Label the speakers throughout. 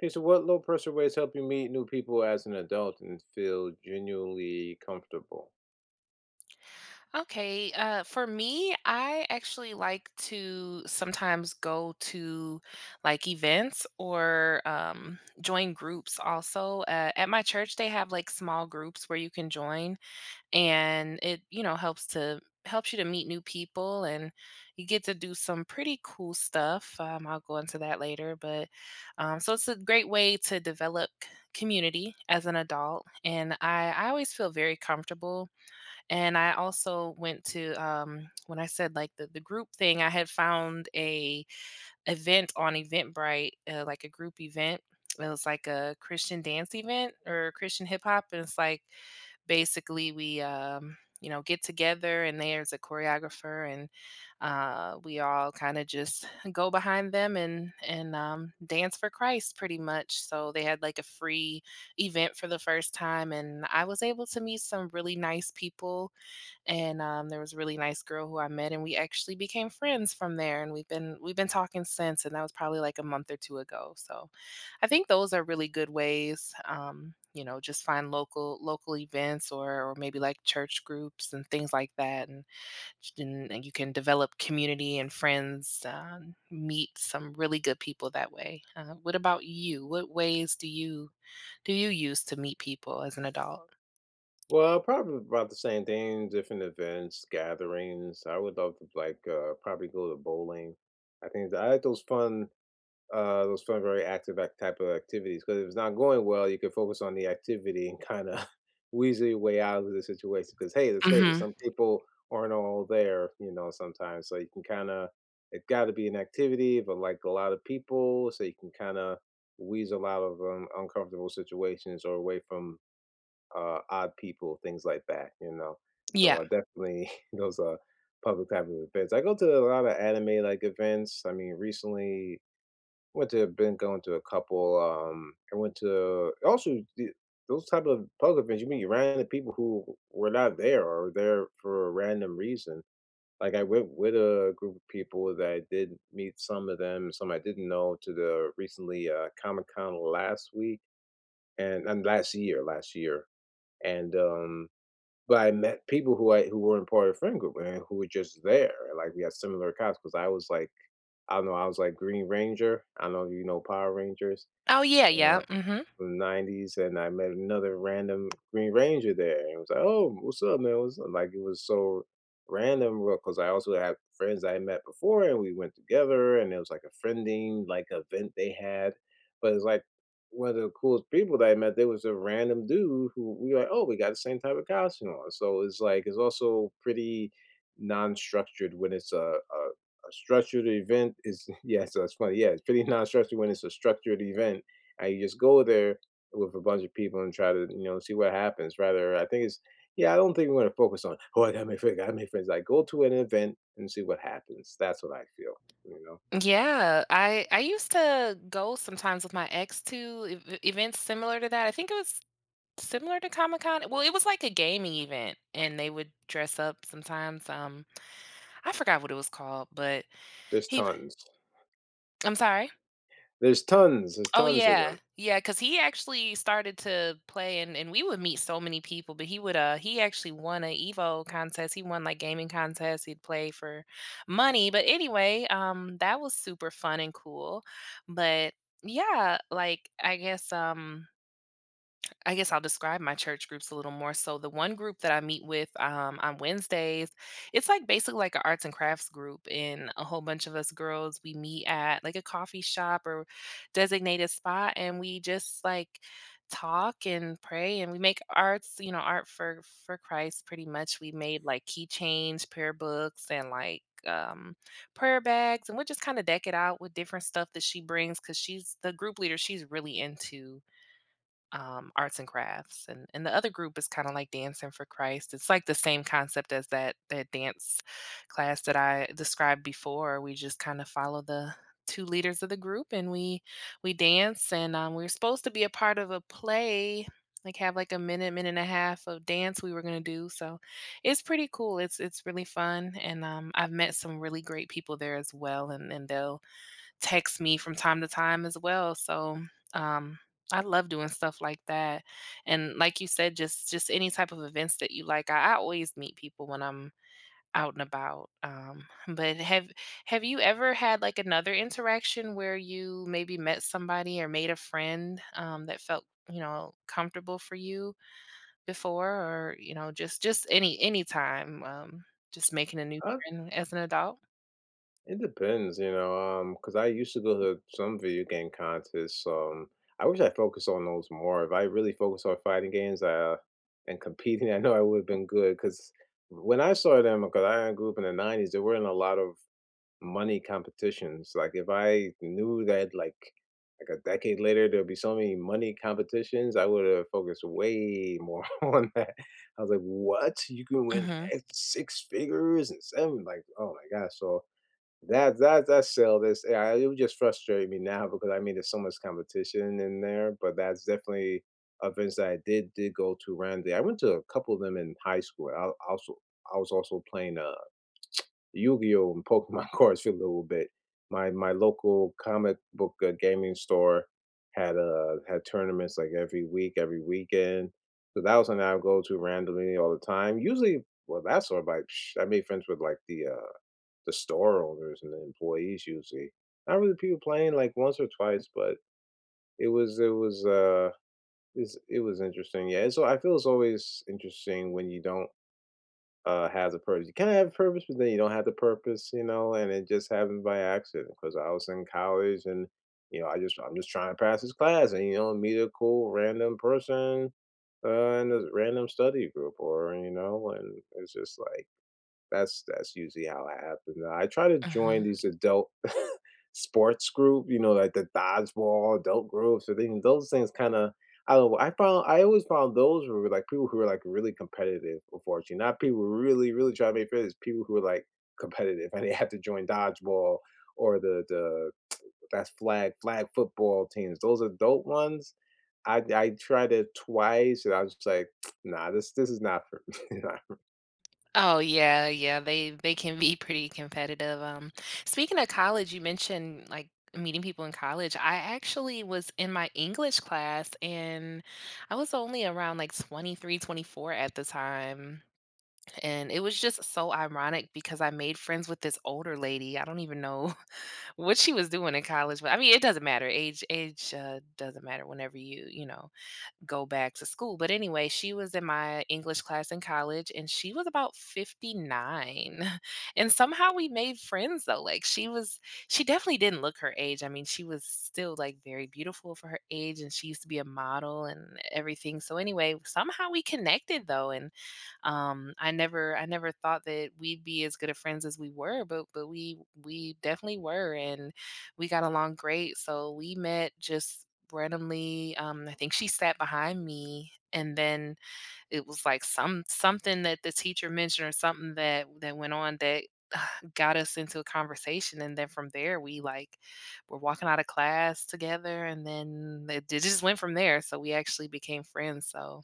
Speaker 1: Okay, so what low pressure ways help you meet new people as an adult and feel genuinely comfortable?
Speaker 2: Okay, for me, I actually like to sometimes go to like events or join groups also. At my church, they have like small groups where you can join, and it helps to helps you to meet new people and you get to do some pretty cool stuff. I'll go into that later, but So it's a great way to develop community as an adult, and I always feel very comfortable and I also went to when I said like the group thing, I had found a event on Eventbrite, like a group event. It was like a Christian dance event or Christian hip hop, and it's like basically we get together, and there's a choreographer, and we all kind of just go behind them and dance for Christ, pretty much. So they had like a free event for the first time, and I was able to meet some really nice people and there was a really nice girl who I met, and we actually became friends from there. And we've been talking since, and that was probably like a month or two ago. So, I think those are really good ways. Just find local events or maybe like church groups and things like that, and you can develop community and friends. Meet some really good people that way. What about you? What ways do you use to meet people as an adult?
Speaker 1: Well, probably about the same thing, different events, gatherings. I would love to probably go to bowling. I think I had those fun, very active act type of activities. Because if it's not going well, you can focus on the activity and kind of weasel your way out of the situation. Because hey, let's face it,
Speaker 2: Hmm.
Speaker 1: some people aren't all there, you know, sometimes. So you can kind of it's got to be an activity, but like a lot of people, so you can kind of weasel out of uncomfortable situations or away from odd people, things like that, you know. So
Speaker 2: Yeah.
Speaker 1: I definitely those are public type of events. I go to a lot of anime like events. I mean, recently went to been going to a couple, I went to also the those type of pub events, you meet random people who were not there or there for a random reason. Like I went with a group of people that I did meet some of them, some I didn't know to the recently Comic Con last week and last year, last year. And But I met people who weren't part of the friend group and who were just there. Like we had similar costumes. I was like I don't know. I was like Green Ranger. I know you know Power Rangers
Speaker 2: Oh yeah, yeah.
Speaker 1: uh,
Speaker 2: Hmm.
Speaker 1: from 90s, and I met another random Green Ranger there, and it was like, "Oh, what's up, man? What's up?" Like it was so random because I also had friends I met before, and we went together, and it was like a friending like event they had, but it's like one of the coolest people that I met. There was a random dude who we were like, "Oh, we got the same type of costume on," so it's like it's also pretty non-structured when it's a structured event is yes, that's funny. Yeah, it's pretty non-structured when it's a structured event. I just go there with a bunch of people and try to, you know, see what happens. Rather, I think it's yeah, I don't think we want to focus on, oh, I gotta make friends, I gotta make friends. Like go to an event and see what happens. That's what I feel. You know.
Speaker 2: Yeah, I used to go sometimes with my ex to events similar to that. I think it was similar to Comic Con. Well, it was like a gaming event, and they would dress up sometimes. I forgot what it was called, but
Speaker 1: There's
Speaker 2: he.
Speaker 1: tons.
Speaker 2: I'm sorry.
Speaker 1: There's tons. There's
Speaker 2: Oh
Speaker 1: tons of
Speaker 2: yeah,
Speaker 1: them.
Speaker 2: yeah. 'Cause he actually started to play and we would meet so many people, but he would, he actually won a Evo contest. He won, like, gaming contests. He'd play for money, but anyway, that was super fun and cool, but yeah, like, I guess I'll describe my church groups a little more. So the one group that I meet with on Wednesdays, it's like basically like an arts and crafts group, and a whole bunch of us girls we meet at like a coffee shop or designated spot, and we just like talk and pray and we make arts art for christ pretty much we made like keychains prayer books and like um prayer bags and we'll just kind of deck it out with different stuff that she brings because she's the group leader she's really into arts and crafts, and the other group is kinda like Dancing for Christ. It's like the same concept as that dance class that I described before. We just kinda follow the 2 leaders of the group, and we dance, and, we we're supposed to be a part of a play, like, have, like, a minute, minute and a half of dance we were gonna do, so it's pretty cool. It's really fun, and, I've met some really great people there as well, and they'll text me from time to time as well. So, um, I love doing stuff like that. And like you said, just any type of events that you like. I always meet people when I'm out and about. But have you ever had like another interaction where you maybe met somebody or made a friend that felt comfortable for you before, or just any time, just making a new
Speaker 1: Uh,
Speaker 2: friend as an adult?
Speaker 1: it depends, you know, because I used to go to some video game contests. I wish I focused on those more. If I really focused on fighting games, and competing, I know I would have been good. Because when I saw them, because I grew up in the 90s, there weren't a lot of money competitions. Like if I knew that like a decade later there'll be so many money competitions, I would have focused way more on that. I was like, what? You can win
Speaker 2: Mm-hmm.
Speaker 1: X six figures and seven like oh my gosh. So that sell this yeah, it would just frustrate me now because I mean there's so much competition in there, but that's definitely events that I did go to randomly. I went to a couple of them in high school. I also I was also playing a. Yu-Gi-Oh! And Pokemon cards for a little bit. My local comic book gaming store had had tournaments like every week, every weekend. So that was something I would go to randomly all the time. Usually, well, that's sort of like psh, I made friends with like the store owners and the employees usually. Not really people playing like once or twice, but it was it's, it was interesting. Yeah, so I feel it's always interesting when you don't has a purpose. You kinda have a purpose, but then you don't have the purpose, you know, and it just happened by accident. Because I was in college and, you know, I'm just trying to pass this class and, you know, meet a cool random person, uh, in this random study group or, you know, and it's just like that's usually how it happens. I try to join these adult sports group, you know, like the dodgeball adult groups or things. Those things kind of I don't know. I found I always found those were like people who were like really competitive. Unfortunately, not people who really really try to make friends. People who are like competitive and they have to join dodgeball or the that's flag football teams. Those adult ones, I tried it twice and I was just like, nah, this is not for me.
Speaker 2: Oh yeah, yeah, they can be pretty competitive. Speaking of college, you mentioned like meeting people in college. I actually was in my English class and I was only around like 23, 24 at the time. And it was just so ironic because I made friends with this older lady. I don't even know what she was doing in college, but I mean, it doesn't matter. Age doesn't matter whenever you go back to school. But anyway, she was in my English class in college and she was about 59. And somehow we made friends though. Like she was she definitely didn't look her age. I mean, she was still like very beautiful for her age and she used to be a model and everything. So anyway, somehow we connected though and I never thought that we'd be as good of friends as we were, but we definitely were and we got along great. So we met just randomly, I think she sat behind me, and then it was like something that the teacher mentioned or something that that went on that got us into a conversation, and then from there we like were walking out of class together, and then it just went from there. So we actually became friends. So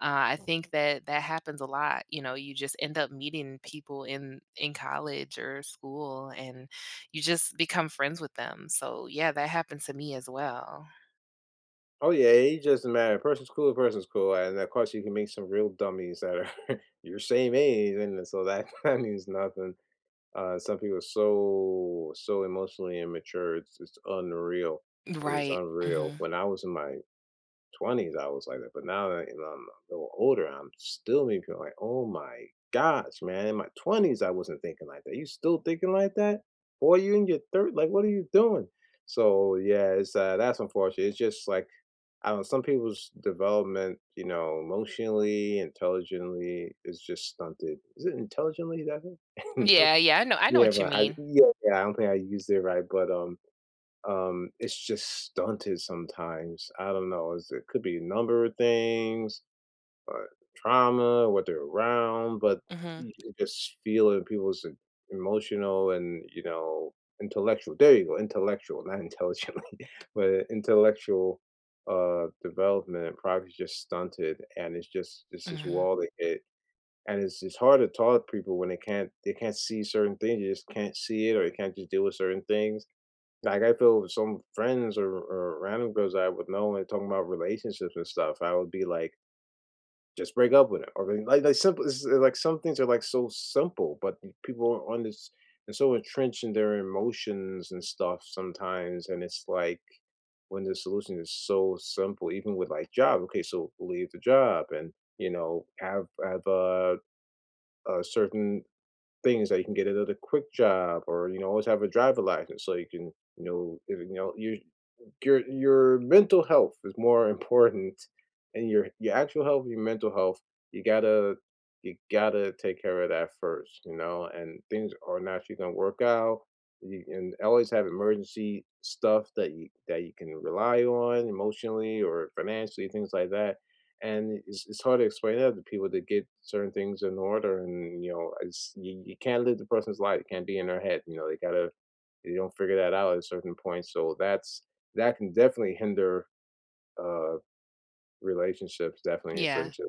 Speaker 2: I think that that happens a lot. You know, you just end up meeting people in college or school, and you just become friends with them. So yeah, that happened to me as well.
Speaker 1: Oh yeah, it doesn't matter. A person's cool, a person's cool, and of course you can make some real dummies that are your same age, and so that that means nothing. Some people are so so emotionally immature. It's unreal. It is
Speaker 2: Right.
Speaker 1: unreal.
Speaker 2: Mhm.
Speaker 1: When I was in my 20s, I was like that. But now that, you know, I'm a little older, I'm still me feel like, oh my gosh, man. In my 20s, I wasn't thinking like that. You still thinking like that? Or you in your third? Like, what are you doing? So, yeah, it's that's unfortunate. It's just like, I don't some people's development, you know, emotionally, intelligently is just stunted. Is it intelligently? Is that it?
Speaker 2: Yeah,
Speaker 1: Intelligent?
Speaker 2: yeah, I know
Speaker 1: Yeah,
Speaker 2: what you
Speaker 1: but I,
Speaker 2: mean.
Speaker 1: yeah, yeah, I don't think I used it right. But, it's just stunted sometimes. I don't know. It's, it could be a number of things, or trauma, what they're around, but
Speaker 2: Mhm.
Speaker 1: you can just feel it in people's e- emotional and you know intellectual. There you go, intellectual, not intelligently, but intellectual development and progress just stunted, and it's just this is
Speaker 2: Mhm.
Speaker 1: wall they hit. And it's hard to talk to people when they can't see certain things. They just can't see it, or they can't just deal with certain things like, I feel with some friends or random girls I would know and talking about relationships and stuff, I would be like, "Just break up with him," or be like, simple it's like, some things are, like, so simple, but the people are on this and so entrenched in their emotions and stuff sometimes, and it's like, when the solution is so simple, even with, like, job, okay, so leave the job and, you know, have certain things that you can get another quick job or, you know, always have a driver license so you can, you know, if you know, you your mental health is more important and your actual health your mental health you gotta you gotta take care of that first you know and things are naturally gonna work out you, and always have emergency stuff that you can rely on emotionally or financially things like that and it's hard to explain that to people to get certain things in order and you know it's, you can't live the person's life it can't be in their head you know they gotta you don't figure that out at a certain point. So that's that can definitely hinder uh relationships, definitely in
Speaker 2: Yeah.
Speaker 1: friendship.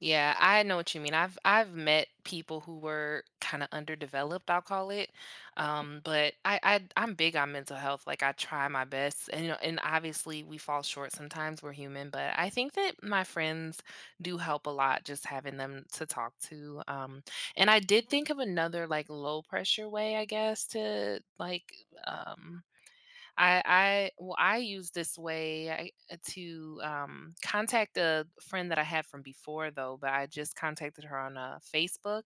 Speaker 2: Yeah, I know what you mean. I've met people who were kinda underdeveloped, I'll call it. But I'm big on mental health, like, I try my best, and, and obviously we fall short sometimes, we're human, but I think that my friends do help a lot just having them to talk to, and I did think of another, like, low pressure way, I guess, to, like, um I well, I use this way to contact a friend that I had from before, though. But I just contacted her on Facebook,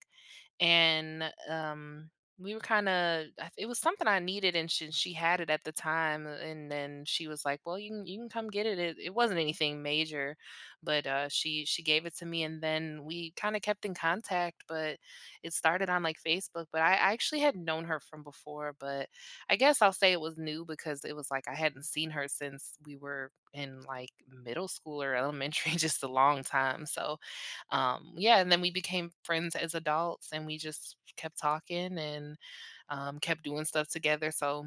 Speaker 2: and we were kind of it was something I needed and she had it at the time and then she was like well you can come get it. It wasn't anything major but she gave it to me and then we kind of kept in contact but it started on like facebook but I actually had known her from before but I guess I'll say it was new because it was like I hadn't seen her since we were in like middle school or elementary just a long time so yeah, and then we became friends as adults, and we just kept talking and kept doing stuff together. So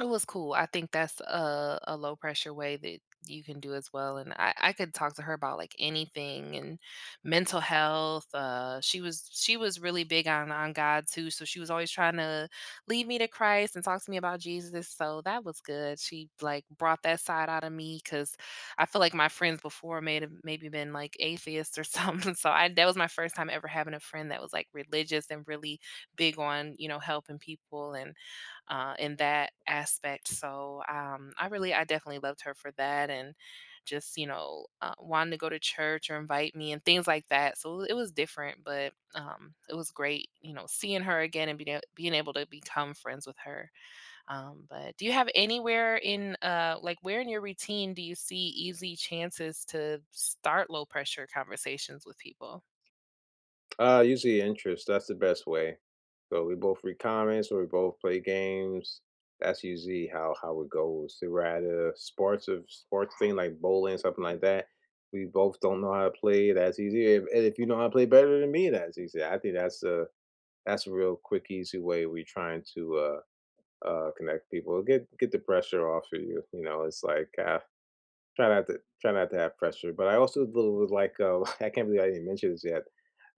Speaker 2: it was cool. I think that's a low pressure way that you can do as well, and I could talk to her about, like, anything and mental health, she was really big on God too, so she was always trying to lead me to Christ and talk to me about Jesus, so that was good. She, like, brought that side out of me because I feel like my friends before may have maybe been, like, atheists or something, so I that was my first time ever having a friend that was, like, religious and really big on, you know, helping people and in that aspect. So I definitely loved her for that, and just wanting to go to church or invite me and things like that. So it was different, but it was great, you know, seeing her again and being able to become friends with her. But do you have anywhere in like where in your routine do you see easy chances to start low pressure conversations with people?
Speaker 1: Usually interest, that's the best way. So we both read comments or we both play games. That's usually how it goes. If we're at a sports of sports thing like bowling, something like that. We both don't know how to play. That's easy. If, and if you know how to play better than me, that's easy. I think that's a real quick, easy way we trying to connect people. Get the pressure off of you. You know, it's like try not to have pressure. But I also do with like I can't believe I didn't mention this yet.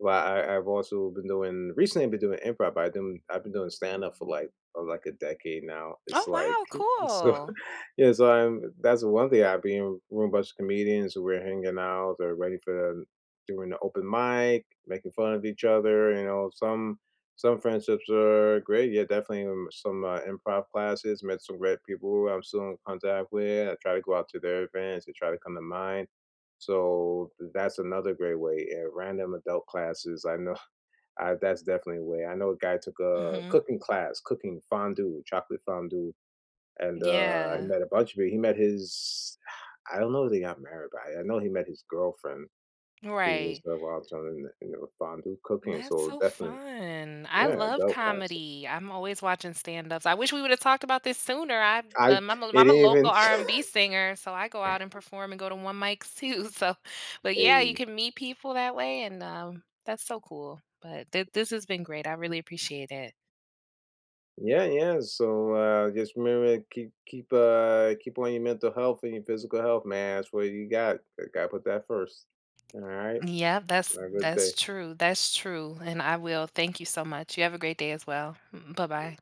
Speaker 1: But I, I've also been doing recently. I've been doing improv. I've been doing stand up for like a decade now. It's
Speaker 2: Oh
Speaker 1: like
Speaker 2: wow,
Speaker 1: so
Speaker 2: cool.
Speaker 1: yeah. So I'm that's one thing. I've been with a bunch of comedians who we're hanging out or ready for the, doing the open mic, making fun of each other. You know some friendships are great. Yeah, definitely some improv classes. Met some great people who I'm still in contact with. I try to go out to their events. They try to come to mine. So that's another great way. And random adult classes, I know I, that's definitely a way. I know a guy took a
Speaker 2: Hmm.
Speaker 1: cooking class, cooking fondue, chocolate fondue, and he
Speaker 2: Yeah,
Speaker 1: met a bunch of people. He met his, I don't know if they got married, but I know he met his girlfriend who was
Speaker 2: right.
Speaker 1: involved in the fondue cooking.
Speaker 2: That's
Speaker 1: So
Speaker 2: so
Speaker 1: definitely,
Speaker 2: fun. I
Speaker 1: yeah,
Speaker 2: love
Speaker 1: adult classes.
Speaker 2: comedy. I'm always watching stand-ups. I wish we would have talked about this sooner.
Speaker 1: I it
Speaker 2: I'm a local
Speaker 1: even
Speaker 2: R&B singer, so I go out and perform and go to one mics too. So, but yeah, you
Speaker 1: hey,
Speaker 2: can meet people that way, and that's so cool. But this has been great. I really appreciate it.
Speaker 1: yeah, yeah. So just remember keep keep keep on your mental health and your physical health, man. That's what you got. Gotta put that first. All right.
Speaker 2: Yeah,
Speaker 1: Have a good
Speaker 2: that's
Speaker 1: day.
Speaker 2: true. That's true. And I will. Thank you so much. You have a great day as well. Bye bye.